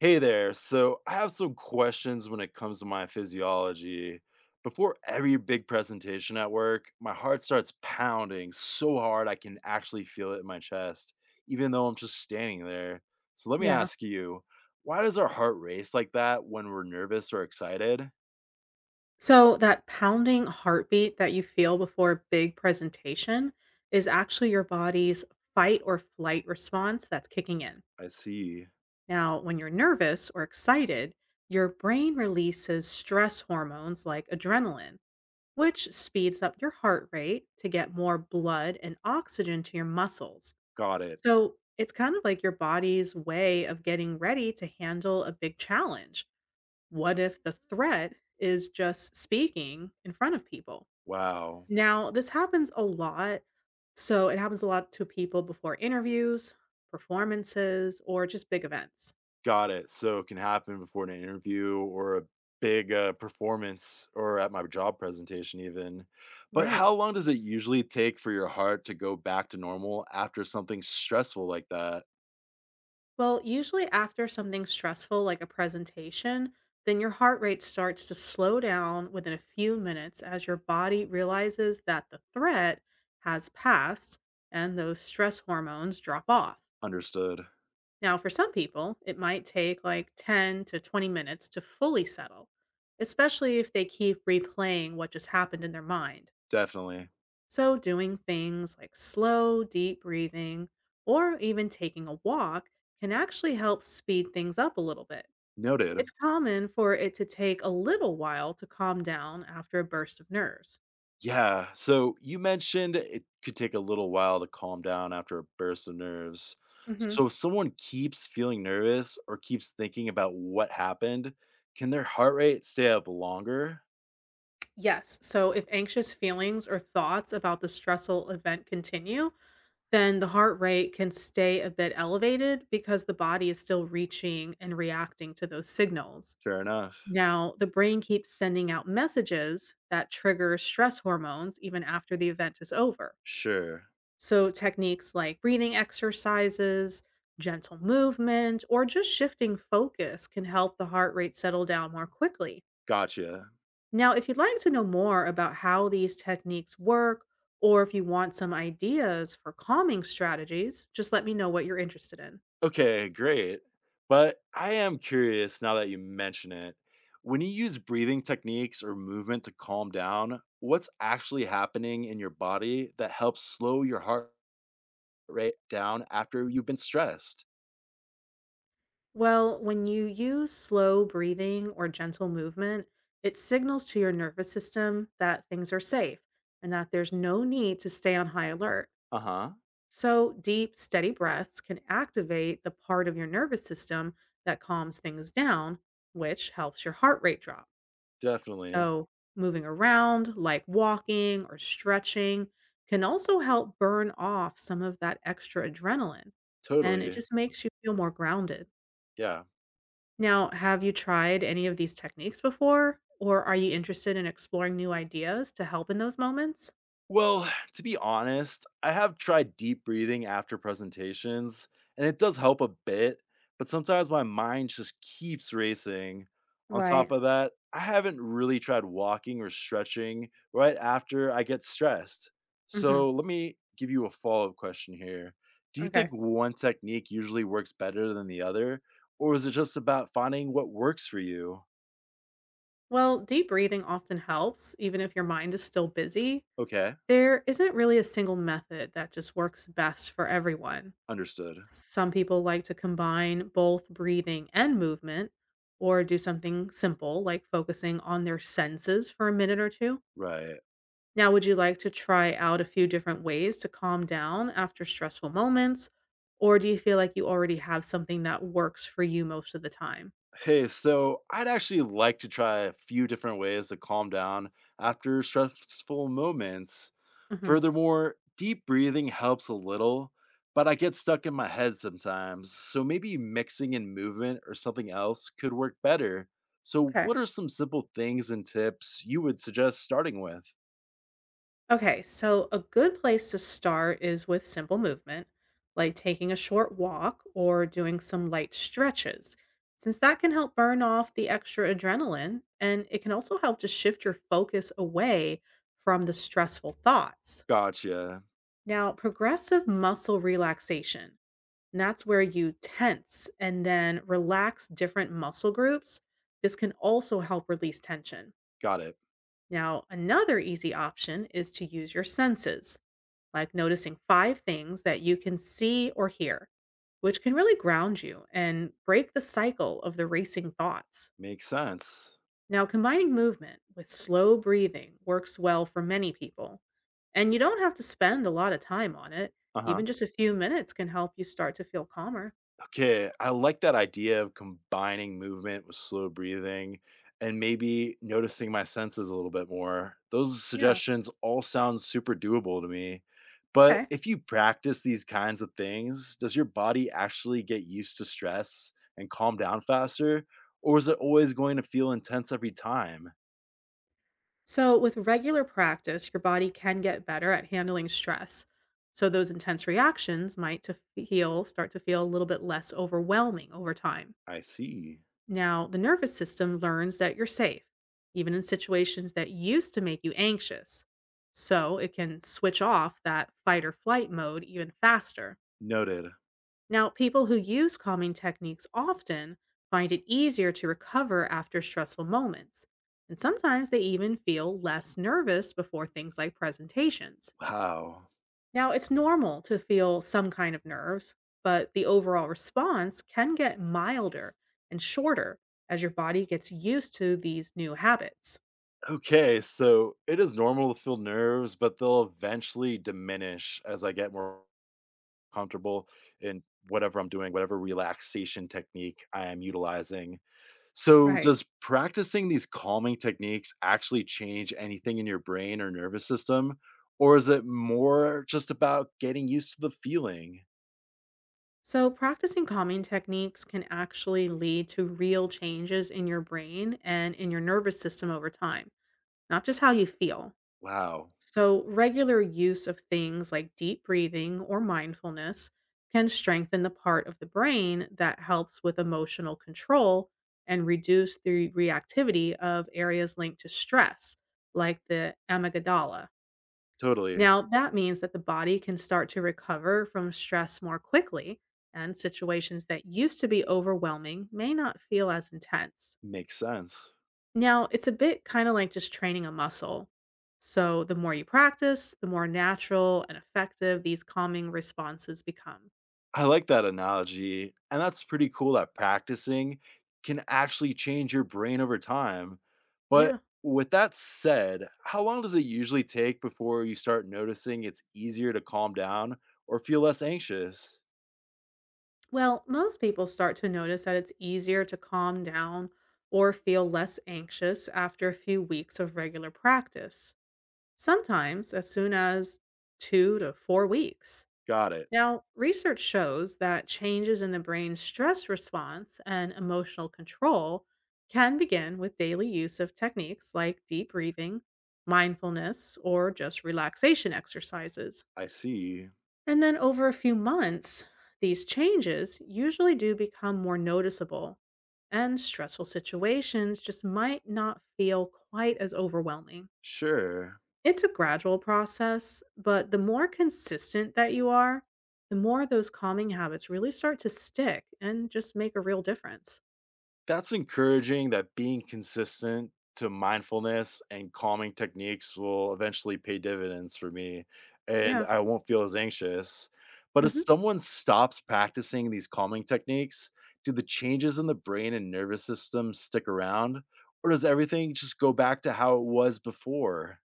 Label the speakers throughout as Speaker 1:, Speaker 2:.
Speaker 1: Hey there. So I have some questions when it comes to my physiology. Before every big presentation at work, my heart starts pounding so hard I can actually feel it in my chest, even though I'm just standing there. So let me
Speaker 2: Yeah.
Speaker 1: ask you, why does our heart race like that when we're nervous or excited?
Speaker 2: So that pounding heartbeat that you feel before a big presentation is actually your body's fight or flight response that's kicking in.
Speaker 1: I see.
Speaker 2: Now, when you're nervous or excited, your brain releases stress hormones like adrenaline, which speeds up your heart rate to get more blood and oxygen to your muscles.
Speaker 1: Got it.
Speaker 2: So it's kind of like your body's way of getting ready to handle a big challenge. What if the threat is just speaking in front of people?
Speaker 1: Wow.
Speaker 2: Now, this happens a lot. So, it happens a lot to people before interviews, performances, or just big events.
Speaker 1: Got it. So it can happen before an interview or a big performance or at my job presentation, even. But
Speaker 2: Right.
Speaker 1: how long does it usually take for your heart to go back to normal after something stressful like that?
Speaker 2: Well, usually after something stressful like a presentation, then your heart rate starts to slow down within a few minutes as your body realizes that the threat has passed and those stress hormones drop off.
Speaker 1: Understood.
Speaker 2: Now, for some people, it might take like 10 to 20 minutes to fully settle, especially if they keep replaying what just happened in their mind.
Speaker 1: Definitely.
Speaker 2: So, doing things like slow, deep breathing or even taking a walk can actually help speed things up a little bit.
Speaker 1: Noted.
Speaker 2: It's common for it to take a little while to calm down after a burst of nerves.
Speaker 1: Yeah. So you mentioned it could take a little while to calm down after a burst of nerves.
Speaker 2: Mhm.
Speaker 1: So if someone keeps feeling nervous or keeps thinking about what happened, can their heart rate stay up longer?
Speaker 2: Yes. So, if anxious feelings or thoughts about the stressful event continue, then the heart rate can stay a bit elevated because the body is still reaching and reacting to those signals.
Speaker 1: Fair enough.
Speaker 2: Now, the brain keeps sending out messages that trigger stress hormones even after the event is over.
Speaker 1: Sure.
Speaker 2: So, techniques like breathing exercises, gentle movement, or just shifting focus can help the heart rate settle down more quickly.
Speaker 1: Gotcha.
Speaker 2: Now, if you'd like to know more about how these techniques work, or if you want some ideas for calming strategies, just let me know what you're interested in.
Speaker 1: Okay, great. But I am curious now that you mention it. When you use breathing techniques or movement to calm down, what's actually happening in your body that helps slow your heart rate down after you've been stressed?
Speaker 2: Well, when you use slow breathing or gentle movement, it signals to your nervous system that things are safe and that there's no need to stay on high alert.
Speaker 1: Uh huh.
Speaker 2: So, deep, steady breaths can activate the part of your nervous system that calms things down, which helps your heart rate drop.
Speaker 1: Definitely.
Speaker 2: So, moving around, like walking or stretching, can also help burn off some of that extra adrenaline, and it
Speaker 1: Totally.
Speaker 2: just makes you feel more grounded.
Speaker 1: Yeah.
Speaker 2: Now, have you tried any of these techniques before, or are you interested in exploring new ideas to help in those moments?
Speaker 1: Well, to be honest, I have tried deep breathing after presentations, and it does help a bit, but sometimes my mind just keeps racing. On
Speaker 2: Right.
Speaker 1: top of that, I haven't really tried walking or stretching right after I get stressed.
Speaker 2: hmm
Speaker 1: So let me give you a follow up question here. Do you think
Speaker 2: Okay.
Speaker 1: one technique usually works better than the other, or is it just about finding what works for you?
Speaker 2: Well, deep breathing often helps, even if your mind is still busy.
Speaker 1: Okay,
Speaker 2: There isn't really a single method that just works best for everyone.
Speaker 1: understood.
Speaker 2: Some people like to combine both breathing and movement, or do something simple like focusing on their senses for a minute or two.
Speaker 1: Right.
Speaker 2: Now, would you like to try out a few different ways to calm down after stressful moments? Or do you feel like you already have something that works for you most of the time?
Speaker 1: Hey, so I'd actually like to try a few different ways to calm down after stressful moments.
Speaker 2: hmm
Speaker 1: Furthermore, deep breathing helps a little, but I get stuck in my head sometimes. So maybe mixing in movement or something else could work better. So,
Speaker 2: Okay.
Speaker 1: what are some simple things and tips you would suggest starting with?
Speaker 2: Okay, so a good place to start is with simple movement, like taking a short walk or doing some light stretches, since that can help burn off the extra adrenaline and it can also help to shift your focus away from the stressful thoughts.
Speaker 1: Gotcha.
Speaker 2: Now, progressive muscle relaxation, and that's where you tense and then relax different muscle groups. This can also help release tension.
Speaker 1: Got it.
Speaker 2: Now, another easy option is to use your senses like noticing five things that you can see or hear, which can really ground you and break the cycle of the racing thoughts.
Speaker 1: Makes sense.
Speaker 2: Now, combining movement with slow breathing works well for many people, and you don't have to spend a lot of time on it.
Speaker 1: Uh huh.
Speaker 2: Even just a few minutes can help you start to feel calmer.
Speaker 1: Okay, I like that idea of combining movement with slow breathing and maybe noticing my senses a little bit more. Those
Speaker 2: Yeah,
Speaker 1: suggestions all sound super doable to me. But
Speaker 2: okay.
Speaker 1: if you practice these kinds of things, does your body actually get used to stress and calm down faster? Or is it always going to feel intense every time?
Speaker 2: So, with regular practice, your body can get better at handling stress. So, those intense reactions start to feel a little bit less overwhelming over time.
Speaker 1: I see.
Speaker 2: Now, the nervous system learns that you're safe, even in situations that used to make you anxious. So it can switch off that fight or flight mode even faster.
Speaker 1: Noted.
Speaker 2: Now, people who use calming techniques often find it easier to recover after stressful moments. And sometimes they even feel less nervous before things like presentations.
Speaker 1: Wow.
Speaker 2: Now, it's normal to feel some kind of nerves, but the overall response can get milder and shorter as your body gets used to these new habits.
Speaker 1: Okay, so it is normal to feel nerves, but they'll eventually diminish as I get more comfortable in whatever I'm doing, whatever relaxation technique I am utilizing. So,
Speaker 2: Right.
Speaker 1: does practicing these calming techniques actually change anything in your brain or nervous system? Or is it more just about getting used to the feeling?
Speaker 2: So, practicing calming techniques can actually lead to real changes in your brain and in your nervous system over time, not just how you feel.
Speaker 1: Wow,
Speaker 2: So, regular use of things like deep breathing or mindfulness can strengthen the part of the brain that helps with emotional control and reduce the reactivity of areas linked to stress, like the amygdala.
Speaker 1: totally
Speaker 2: Now, that means that the body can start to recover from stress more quickly, and situations that used to be overwhelming may not feel as intense.
Speaker 1: makes sense.
Speaker 2: Now, it's a bit kind of like just training a muscle. So, the more you practice, the more natural and effective these calming responses become.
Speaker 1: I like that analogy, and that's pretty cool that practicing can actually change your brain over time. But
Speaker 2: Yeah.
Speaker 1: with that said, how long does it usually take before you start noticing it's easier to calm down or feel less anxious?
Speaker 2: Well, most people start to notice that it's easier to calm down or feel less anxious after a few weeks of regular practice, sometimes as soon as 2 to 4 weeks.
Speaker 1: Got it.
Speaker 2: Now, research shows that changes in the brain's stress response and emotional control can begin with daily use of techniques like deep breathing, mindfulness, or just relaxation exercises.
Speaker 1: I see.
Speaker 2: And then over a few months, these changes usually do become more noticeable, and stressful situations just might not feel quite as overwhelming.
Speaker 1: Sure.
Speaker 2: It's a gradual process, but the more consistent that you are, the more those calming habits really start to stick and just make a real difference.
Speaker 1: That's encouraging that being consistent to mindfulness and calming techniques will eventually pay dividends for me, and
Speaker 2: Yeah.
Speaker 1: I won't feel as anxious. But if
Speaker 2: hmm
Speaker 1: someone stops practicing these calming techniques, do the changes in the brain and nervous system stick around, or does everything just go back to how it was before?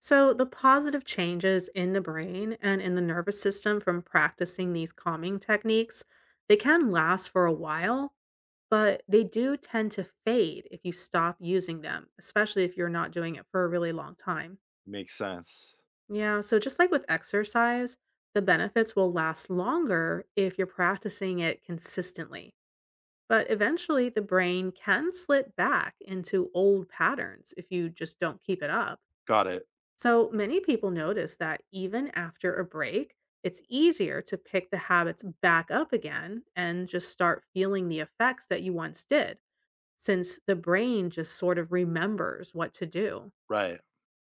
Speaker 2: So, the positive changes in the brain and in the nervous system from practicing these calming techniques, they can last for a while, but they do tend to fade if you stop using them, especially if you're not doing it for a really long time.
Speaker 1: Makes sense.
Speaker 2: Yeah, so just like with exercise, the benefits will last longer if you're practicing it consistently. But eventually, the brain can slip back into old patterns if you just don't keep it up.
Speaker 1: Got it.
Speaker 2: So many people notice that even after a break, it's easier to pick the habits back up again and just start feeling the effects that you once did, since the brain just sort of remembers what to do.
Speaker 1: Right.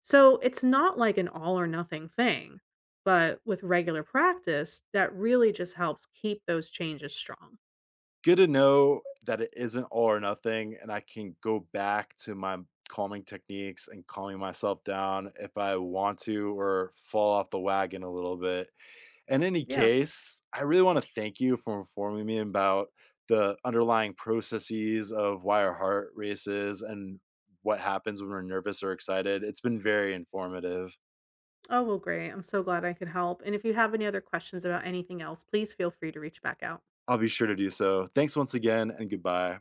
Speaker 2: So it's not like an all or nothing thing, but with regular practice, that really just helps keep those changes strong.
Speaker 1: Good to know that it isn't all or nothing, and I can go back to my calming techniques and calming myself down if I want to or fall off the wagon a little bit. In any
Speaker 2: Yeah.
Speaker 1: case, I really want to thank you for informing me about the underlying processes of why our heart races and what happens when we're nervous or excited. It's been very informative.
Speaker 2: Oh, well, great. I'm so glad I could help. And if you have any other questions about anything else, please feel free to reach back out.
Speaker 1: I'll be sure to do so. Thanks once again, and goodbye.